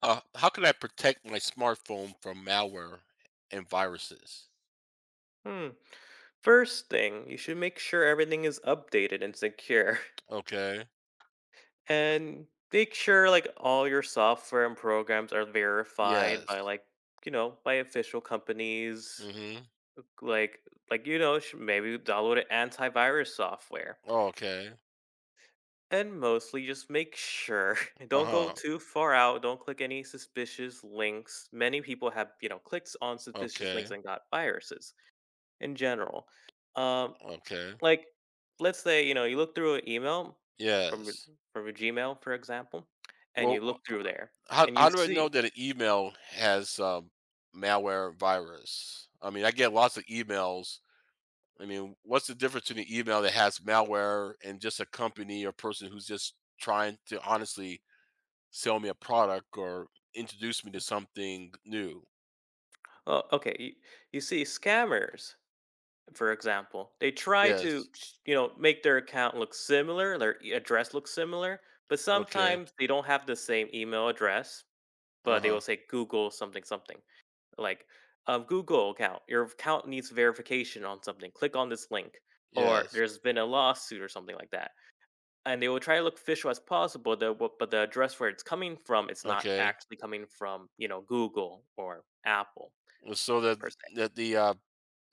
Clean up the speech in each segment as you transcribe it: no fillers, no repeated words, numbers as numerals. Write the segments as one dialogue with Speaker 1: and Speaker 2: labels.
Speaker 1: How can I protect my smartphone from malware and viruses?
Speaker 2: Hmm. First thing, you should make sure everything is updated and secure.
Speaker 1: Okay.
Speaker 2: And make sure like all your software and programs are verified by
Speaker 1: Yes.
Speaker 2: like, by official companies.
Speaker 1: Mm-hmm.
Speaker 2: Like like, maybe download an antivirus software.
Speaker 1: Oh, okay.
Speaker 2: And mostly just make sure don't go
Speaker 1: Uh-huh.
Speaker 2: too far out, don't click any suspicious links. Many people have, clicked on suspicious links
Speaker 1: Okay.
Speaker 2: and got viruses in general. Um
Speaker 1: Okay.
Speaker 2: Like, let's say, you look through an email from your
Speaker 1: Yes.
Speaker 2: from your Gmail, for example, and
Speaker 1: Well,
Speaker 2: you look through there
Speaker 1: how
Speaker 2: and
Speaker 1: how
Speaker 2: you
Speaker 1: do I know
Speaker 2: see,
Speaker 1: that an email has malware virus? I mean, I get lots of emails. I mean, what's the difference between an email that has malware and just a company or person who's just trying to honestly sell me a product or introduce me to something new?
Speaker 2: oh, okay, you see scammers, for example. They try to,
Speaker 1: Yes.
Speaker 2: you know, make their account look similar, their address look similar, but
Speaker 1: Okay.
Speaker 2: sometimes they don't have the same email address, but they
Speaker 1: Uh-huh.
Speaker 2: will say Google something something. Like, Google account, your account needs verification on something. Click on this link. Or
Speaker 1: Yes.
Speaker 2: there's been a lawsuit or something like that. And they will try to look official as possible, the w but the address where it's coming from, it's not
Speaker 1: Okay.
Speaker 2: actually coming from, Google or Apple
Speaker 1: Well, so that
Speaker 2: per se.
Speaker 1: the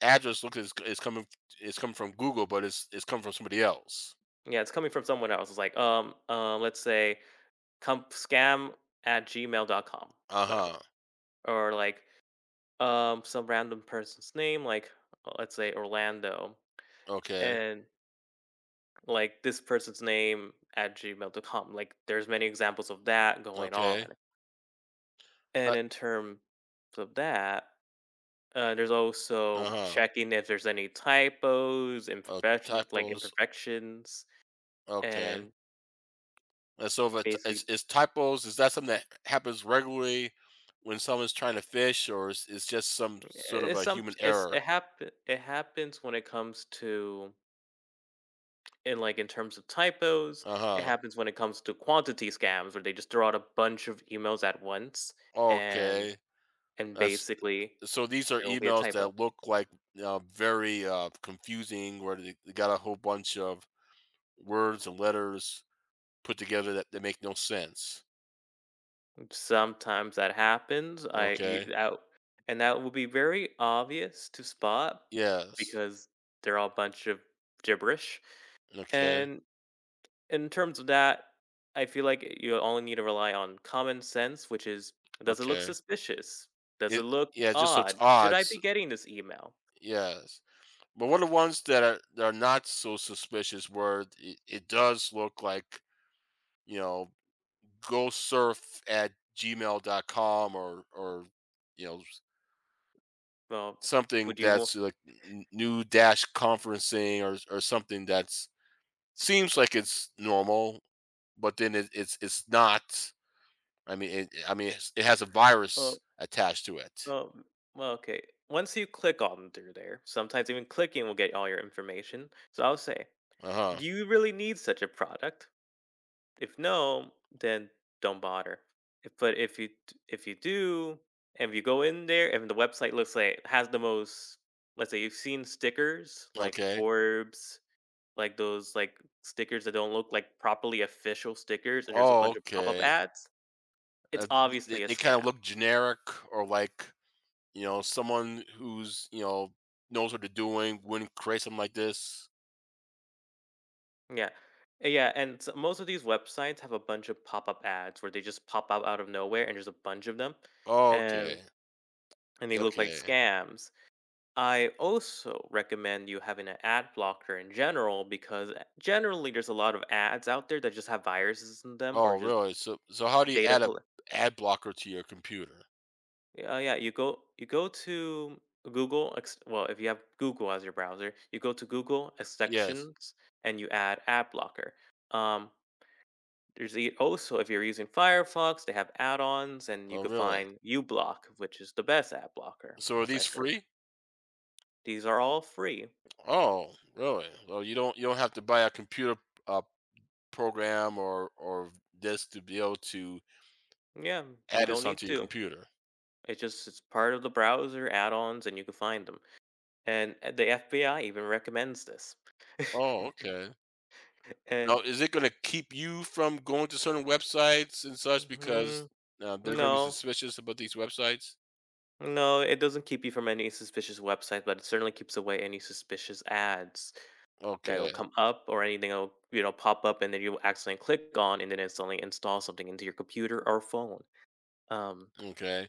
Speaker 1: address look is coming from Google, but it's coming from somebody else.
Speaker 2: Yeah, it's coming from someone else. It's like, let's say comp scam@gmail.com whatever.
Speaker 1: Uh-huh.
Speaker 2: Or like, some random person's name, like, let's say Orlando,
Speaker 1: Okay.
Speaker 2: and like this person's name@gmail.com. Like, there's many examples of that going on.
Speaker 1: Okay.
Speaker 2: And
Speaker 1: Uh,
Speaker 2: in terms of that. There's also
Speaker 1: uh-huh.
Speaker 2: checking if there's any typos, imperfections, like
Speaker 1: Typos.
Speaker 2: imperfections,
Speaker 1: Okay.
Speaker 2: and
Speaker 1: And so if it's,
Speaker 2: basically,
Speaker 1: it's, it's typos, is that something that happens regularly when someone's trying to fish, or is it's just some
Speaker 2: eh,
Speaker 1: sort of
Speaker 2: it's
Speaker 1: a
Speaker 2: some
Speaker 1: human
Speaker 2: it's
Speaker 1: error?
Speaker 2: it happen it happens when it comes to in terms of typos. It
Speaker 1: Uh-huh.
Speaker 2: happens when it comes to quantity scams, where they just throw out a bunch of emails at once, and
Speaker 1: Okay. That's
Speaker 2: basically
Speaker 1: So these are
Speaker 2: there will be a
Speaker 1: emails
Speaker 2: typo.
Speaker 1: that look like very confusing, where they got a whole bunch of words and letters put together that make no sense.
Speaker 2: Sometimes that happens. I
Speaker 1: Okay.
Speaker 2: you out And that will be very obvious to spot
Speaker 1: Yes.
Speaker 2: because they're all a bunch of gibberish.
Speaker 1: Okay.
Speaker 2: And in terms of that, I feel like you only need to rely on common sense, which is does it look
Speaker 1: Okay.
Speaker 2: suspicious? Does it
Speaker 1: It
Speaker 2: look
Speaker 1: Yeah, it just looks
Speaker 2: odd? Should
Speaker 1: odd.
Speaker 2: I be getting this email?
Speaker 1: Yes. But what are the ones that are not so suspicious where it does look like, you know, go surf at gmail.com or you know
Speaker 2: Well,
Speaker 1: something
Speaker 2: would you want?
Speaker 1: that's like new dash conferencing or something that's seems like it's normal, but then it's not. I mean, it has a
Speaker 2: Well,
Speaker 1: virus attached to it.
Speaker 2: well, well, okay. Once you click on through there, sometimes even clicking will get all your information. So I'll say,
Speaker 1: Uh huh.
Speaker 2: do you really need such a product? If no, then don't bother. But if you if you do, and if you go in there, and the website looks like it has the most, let's say you've seen stickers like
Speaker 1: Okay.
Speaker 2: Forbes, like those like stickers that don't look like properly official stickers, and there's a
Speaker 1: Oh,
Speaker 2: bunch of pop up
Speaker 1: okay.
Speaker 2: ads. It's
Speaker 1: Uh, th- they
Speaker 2: obviously a
Speaker 1: they kind of
Speaker 2: scam.
Speaker 1: look generic or like someone who's knows what they're doing wouldn't create something like this.
Speaker 2: Yeah, yeah, and so most of these websites have a bunch of pop up ads where they just pop up out of nowhere, and there's a bunch of them,
Speaker 1: Oh,
Speaker 2: and
Speaker 1: okay.
Speaker 2: they look like
Speaker 1: Okay.
Speaker 2: scams. I also recommend you having an ad blocker in general because generally there's a lot of ads out there that just have viruses in them or
Speaker 1: Oh,
Speaker 2: just
Speaker 1: really? So how do you
Speaker 2: data
Speaker 1: add a
Speaker 2: collect.
Speaker 1: ad blocker to your computer?
Speaker 2: Yeah, you go to Google. Well, if you have Google as your browser, you go to Google
Speaker 1: Yes.
Speaker 2: sections and you add ad blocker. Um, there's also if you're using Firefox, they have add-ons and you
Speaker 1: Oh,
Speaker 2: could
Speaker 1: really?
Speaker 2: find uBlock, which is the best ad blocker,
Speaker 1: So are
Speaker 2: as I
Speaker 1: these
Speaker 2: heard.
Speaker 1: free?
Speaker 2: These are all free.
Speaker 1: Oh, really? Well, you don't have to buy a computer uh, program or this to be able to
Speaker 2: Yeah, you
Speaker 1: add
Speaker 2: don't
Speaker 1: this
Speaker 2: need
Speaker 1: onto your
Speaker 2: to.
Speaker 1: computer.
Speaker 2: It's part of the browser add-ons, and you can find them. And the FBI even recommends this.
Speaker 1: Oh, okay.
Speaker 2: Eh,
Speaker 1: Now, is it going to keep you from going to certain websites and such
Speaker 2: mhm,
Speaker 1: because they're going to be
Speaker 2: no,
Speaker 1: suspicious about these websites?
Speaker 2: no, it doesn't keep you from any suspicious website, but it certainly keeps away any suspicious ads that will
Speaker 1: Okay,
Speaker 2: come up or anything that'll pop up, and then you accidentally click on, and then instantly install something into your computer or phone. Um,
Speaker 1: okay.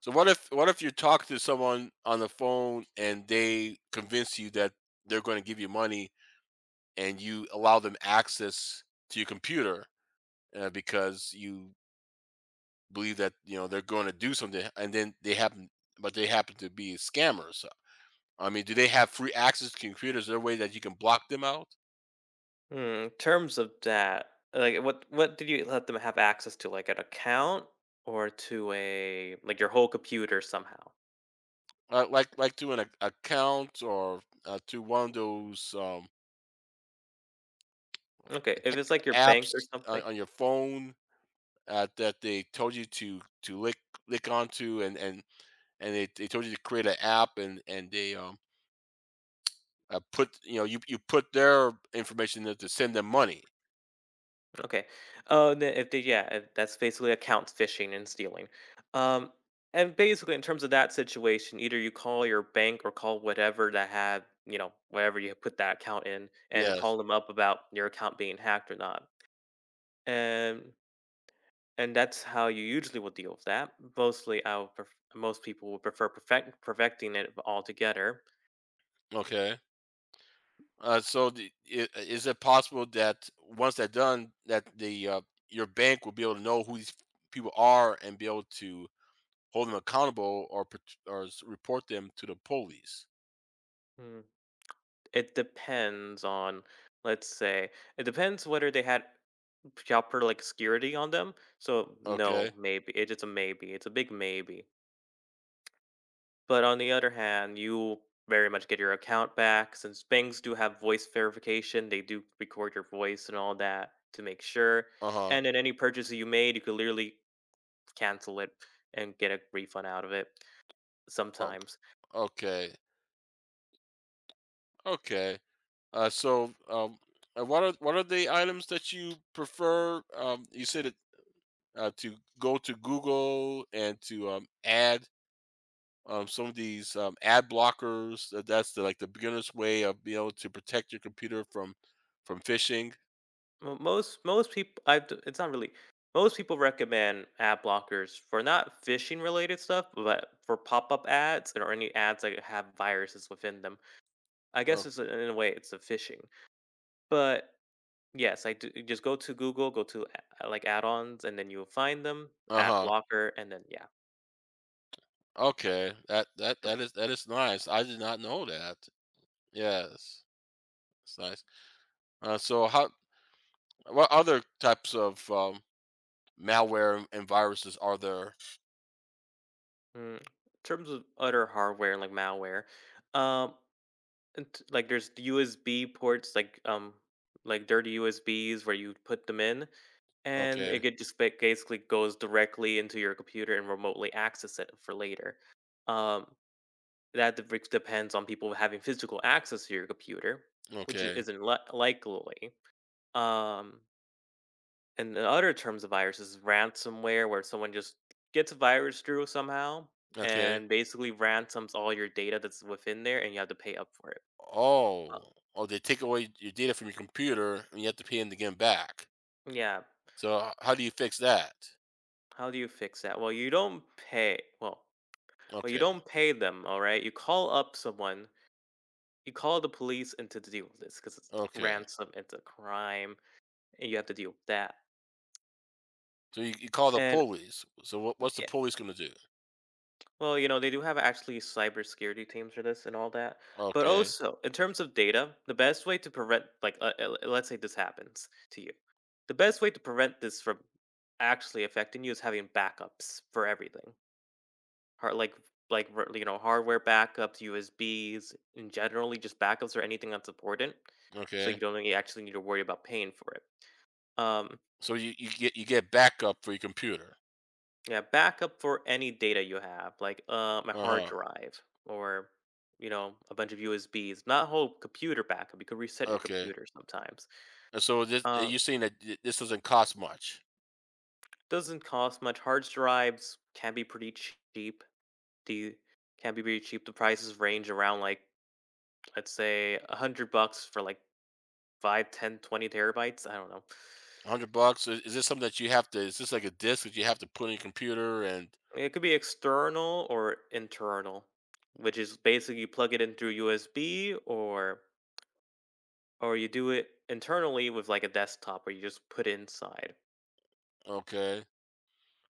Speaker 1: So what if you talk to someone on the phone and they convince you that they're going to give you money and you allow them access to your computer because you believe that you know they're going to do something, and then but they happen to be scammers. So, I mean, do they have free access to computers? Is there a way that you can block them out,
Speaker 2: in terms of that, like what did you let them have access to, like an account or to a like your whole computer somehow?
Speaker 1: like to an account or to one of those
Speaker 2: Okay, if it's like your bank or
Speaker 1: apps on,
Speaker 2: something.
Speaker 1: on your phone that they told you to lick onto, and they told you to create an app, and they put you put their information there to send them money.
Speaker 2: Okay. Then if they, yeah, if that's basically accounts phishing and stealing. Um, and basically, in terms of that situation, either you call your bank or call whatever that had, whatever you put that account in, and
Speaker 1: Yes.
Speaker 2: call them up about your account being hacked or not. And that's how you usually will deal with that. Mostly, most people would prefer perfecting it altogether.
Speaker 1: Okay. So is it possible that once they're done, that the your bank will be able to know who these people are and be able to hold them accountable or report them to the police?
Speaker 2: Mm, It depends on, let's say, it depends whether they had proper like security on them. So
Speaker 1: Okay.
Speaker 2: no, maybe it is a maybe. It's a big maybe. But on the other hand, you very much get your account back since banks do have voice verification. They do record your voice and all that to make sure.
Speaker 1: Uh huh.
Speaker 2: And then any purchase that you made, you could literally cancel it and get a refund out of it
Speaker 1: Oh,
Speaker 2: sometimes.
Speaker 1: okay. Okay. So what are the items that you prefer? You said it, to go to Google and to add some of these ad blockers. That's like the beginner's way of being able to protect your computer from phishing.
Speaker 2: Well, most people, I it's not really. Most people recommend ad blockers for not phishing related stuff, but for pop up ads and or any ads that have viruses within them. I guess it's a, in a way it's a phishing, but yes, I do, just go to Google, go to like add-ons, and then you'll find them.
Speaker 1: Uh
Speaker 2: Ad
Speaker 1: huh.
Speaker 2: blocker, and then yeah.
Speaker 1: Okay. That that
Speaker 2: That's,
Speaker 1: that is that is nice. I did not know that. Yes, it's nice. So how? What other types of malware and viruses are there?
Speaker 2: in terms of other hardware like malware, um, and like there's USB ports like dirty USBs where you put them in. And it
Speaker 1: Okay.
Speaker 2: could just basically goes directly into your computer and remotely access it for later. Um, that which depends on people having physical access to your computer, which
Speaker 1: Okay.
Speaker 2: isn't likely. Um, and the other terms of viruses, is ransomware, where someone just gets a virus through somehow
Speaker 1: Okay.
Speaker 2: and basically ransoms all your data that's within there, and you have to pay up for it. Uh,
Speaker 1: Oh. Oh, they take away your data from your computer, and you have to pay them to get 'em back.
Speaker 2: yeah,
Speaker 1: So how do you fix that?
Speaker 2: how do you fix that? Well, you don't pay. Well, you
Speaker 1: Okay.
Speaker 2: don't pay them. All right, you call up someone. You call the police and to deal with this because it's
Speaker 1: Okay.
Speaker 2: ransom, it's a crime, and you have to deal with that.
Speaker 1: So you call the
Speaker 2: And
Speaker 1: police. So what's the
Speaker 2: yeah,
Speaker 1: police gonna do?
Speaker 2: well, they do have actually cybersecurity teams for this and all that. But
Speaker 1: Okay,
Speaker 2: also, in terms of data, the best way to prevent, like, let's say this happens to you, the best way to prevent this from actually affecting you is having backups for everything. Hard, like, hardware backups, USBs, and generally just backups or anything that's important. So
Speaker 1: okay.
Speaker 2: you don't really actually need to worry about paying for it. Um,
Speaker 1: So you get backup for your computer.
Speaker 2: Yeah, backup for any data you have, like a hard
Speaker 1: Uh-huh.
Speaker 2: drive or a bunch of USBs. Not whole computer backup. You can reset your
Speaker 1: Okay.
Speaker 2: computer sometimes.
Speaker 1: And so this and
Speaker 2: Uh,
Speaker 1: you're saying that this doesn't cost much.
Speaker 2: doesn't cost much. Hard drives can be pretty cheap. The can be pretty cheap. The prices range around like let's say 100 bucks for like 5, 10, 20 terabytes. I don't know.
Speaker 1: 100 bucks. Is this something that you have to is this like a disk that you have to put in your computer and
Speaker 2: It could be external or internal, which is basically you plug it in through USB or. Or you do it internally with like a desktop where you just put inside.
Speaker 1: okay.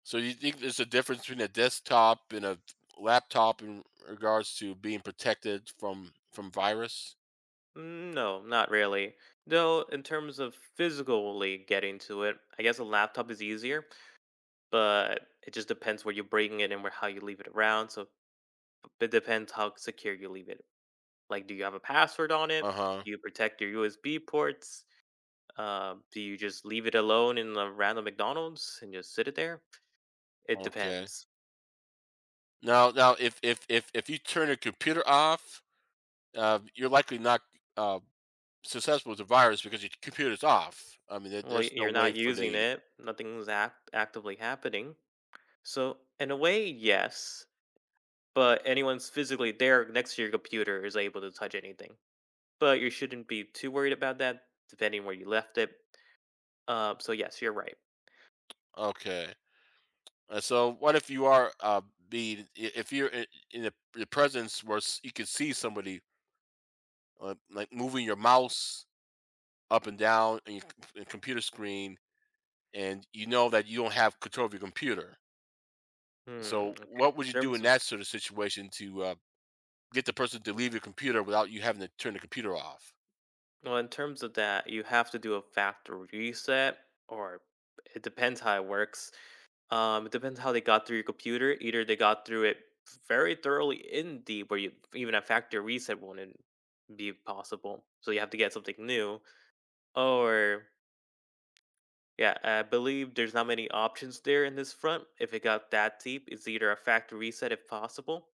Speaker 1: So you think there's a difference between a desktop and a laptop in regards to being protected from virus?
Speaker 2: No, not really. Though, in terms of physically getting to it, I guess a laptop is easier, but it just depends where you bring it and where how you leave it around. So it depends how secure you leave it. Like, do you have a password on it?
Speaker 1: Uh-huh.
Speaker 2: Do you protect your USB ports? Do you just leave it alone in a random McDonald's and just sit it there? It
Speaker 1: Okay.
Speaker 2: depends.
Speaker 1: Now if you turn your computer off, you're likely not uh, successful with the virus because your computer's off. I mean, there,
Speaker 2: Well,
Speaker 1: there's no
Speaker 2: you're
Speaker 1: way
Speaker 2: not
Speaker 1: for the
Speaker 2: using it. Nothing's actively happening. So, in a way, yes, but anyone's physically there next to your computer is able to touch anything. But you shouldn't be too worried about that, depending where you left it. So yes, you're right.
Speaker 1: okay. And so, what if you are if you're in the presence where you can see somebody like moving your mouse up and down in your computer screen, and you know that you don't have control of your computer.
Speaker 2: Hmm.
Speaker 1: So,
Speaker 2: Okay. In
Speaker 1: what would you do
Speaker 2: terms
Speaker 1: in
Speaker 2: of
Speaker 1: that sort of situation to get the person to leave your computer without you having to turn the computer off?
Speaker 2: Well, in terms of that, you have to do a factory reset, or it depends how it works. It depends how they got through your computer. Either they got through it very thoroughly in deep, where you even a factory reset wouldn't be possible. So you have to get something new, or yeah, I believe there's not many options there in this front. If it got that deep, it's either a factory reset if possible,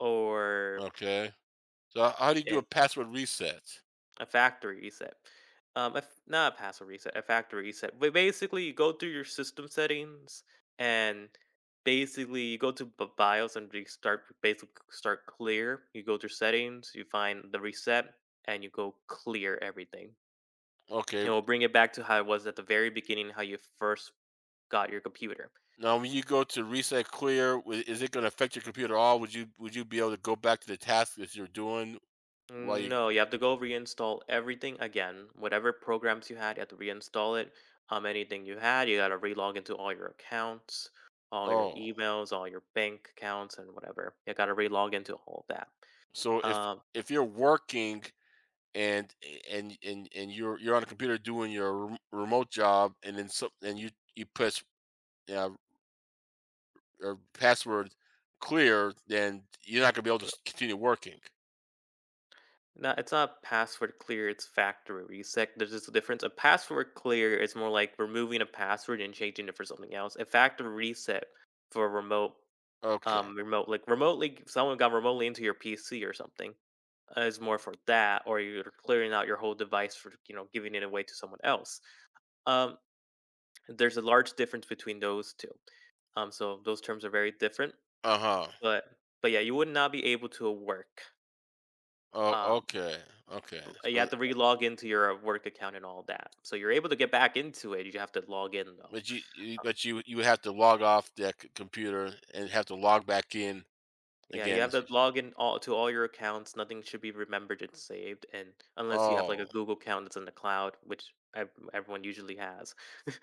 Speaker 2: or
Speaker 1: Okay. So, how do you do a
Speaker 2: and
Speaker 1: password reset?
Speaker 2: a factory reset. A not a password reset, a factory reset. But basically, you go through your system settings and basically you go to BIOS and restart. Basically, start clear. You go to settings, you find the reset, and you go clear everything. And
Speaker 1: Okay.
Speaker 2: we'll bring it back to how it was at the very beginning, how you first got your computer.
Speaker 1: Now, when you go to reset clear, is it going to affect your computer at all? Would you be able to go back to the task that you're doing while you?
Speaker 2: No, you have to go reinstall everything again. Whatever programs you had, you have to reinstall it. Anything you had, you gotta relog into all your accounts, all your
Speaker 1: Oh,
Speaker 2: emails, all your bank accounts, and whatever. You gotta relog into all of that.
Speaker 1: so if
Speaker 2: Um,
Speaker 1: if you're working and and you're on a computer doing your remote job, and then some and you press uh, or password clear, then you're not going to be able to continue working.
Speaker 2: no, it's not password clear. It's factory reset. There's just a difference. A password clear is more like removing a password and changing it for something else. A factory reset for remote,
Speaker 1: Okay.
Speaker 2: remote like remotely someone got remotely into your PC or something is more for that, or you're clearing out your whole device for giving it away to someone else. Um, there's a large difference between those two. So those terms are very different.
Speaker 1: Uh huh.
Speaker 2: But yeah, you would not be able to work.
Speaker 1: Oh,
Speaker 2: Um,
Speaker 1: okay. Okay.
Speaker 2: you
Speaker 1: So
Speaker 2: have to re-log into your work account and all that. So you're able to get back into it. You have to log in though.
Speaker 1: But you would have to log off that c computer and have to log back in
Speaker 2: Yeah, you have
Speaker 1: again.
Speaker 2: to log in all to all your accounts. Nothing should be remembered and saved, and unless you have like a
Speaker 1: Oh,
Speaker 2: Google account that's in the cloud, which everyone usually has.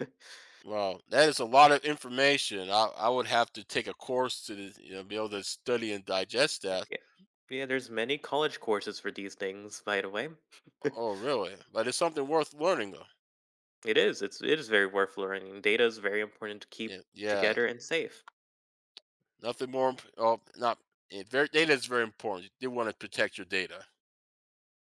Speaker 1: well, that is a lot of information. I would have to take a course to, be able to study and digest that.
Speaker 2: Yeah, yeah, there's many college courses for these things, by the way.
Speaker 1: Oh, really? But it's something worth learning, though.
Speaker 2: It is. It is very worth learning. Data is very important to
Speaker 1: Yeah,
Speaker 2: keep
Speaker 1: yeah,
Speaker 2: together and safe.
Speaker 1: nothing more imp oh, not, very data is very important. You do wanna protect your data.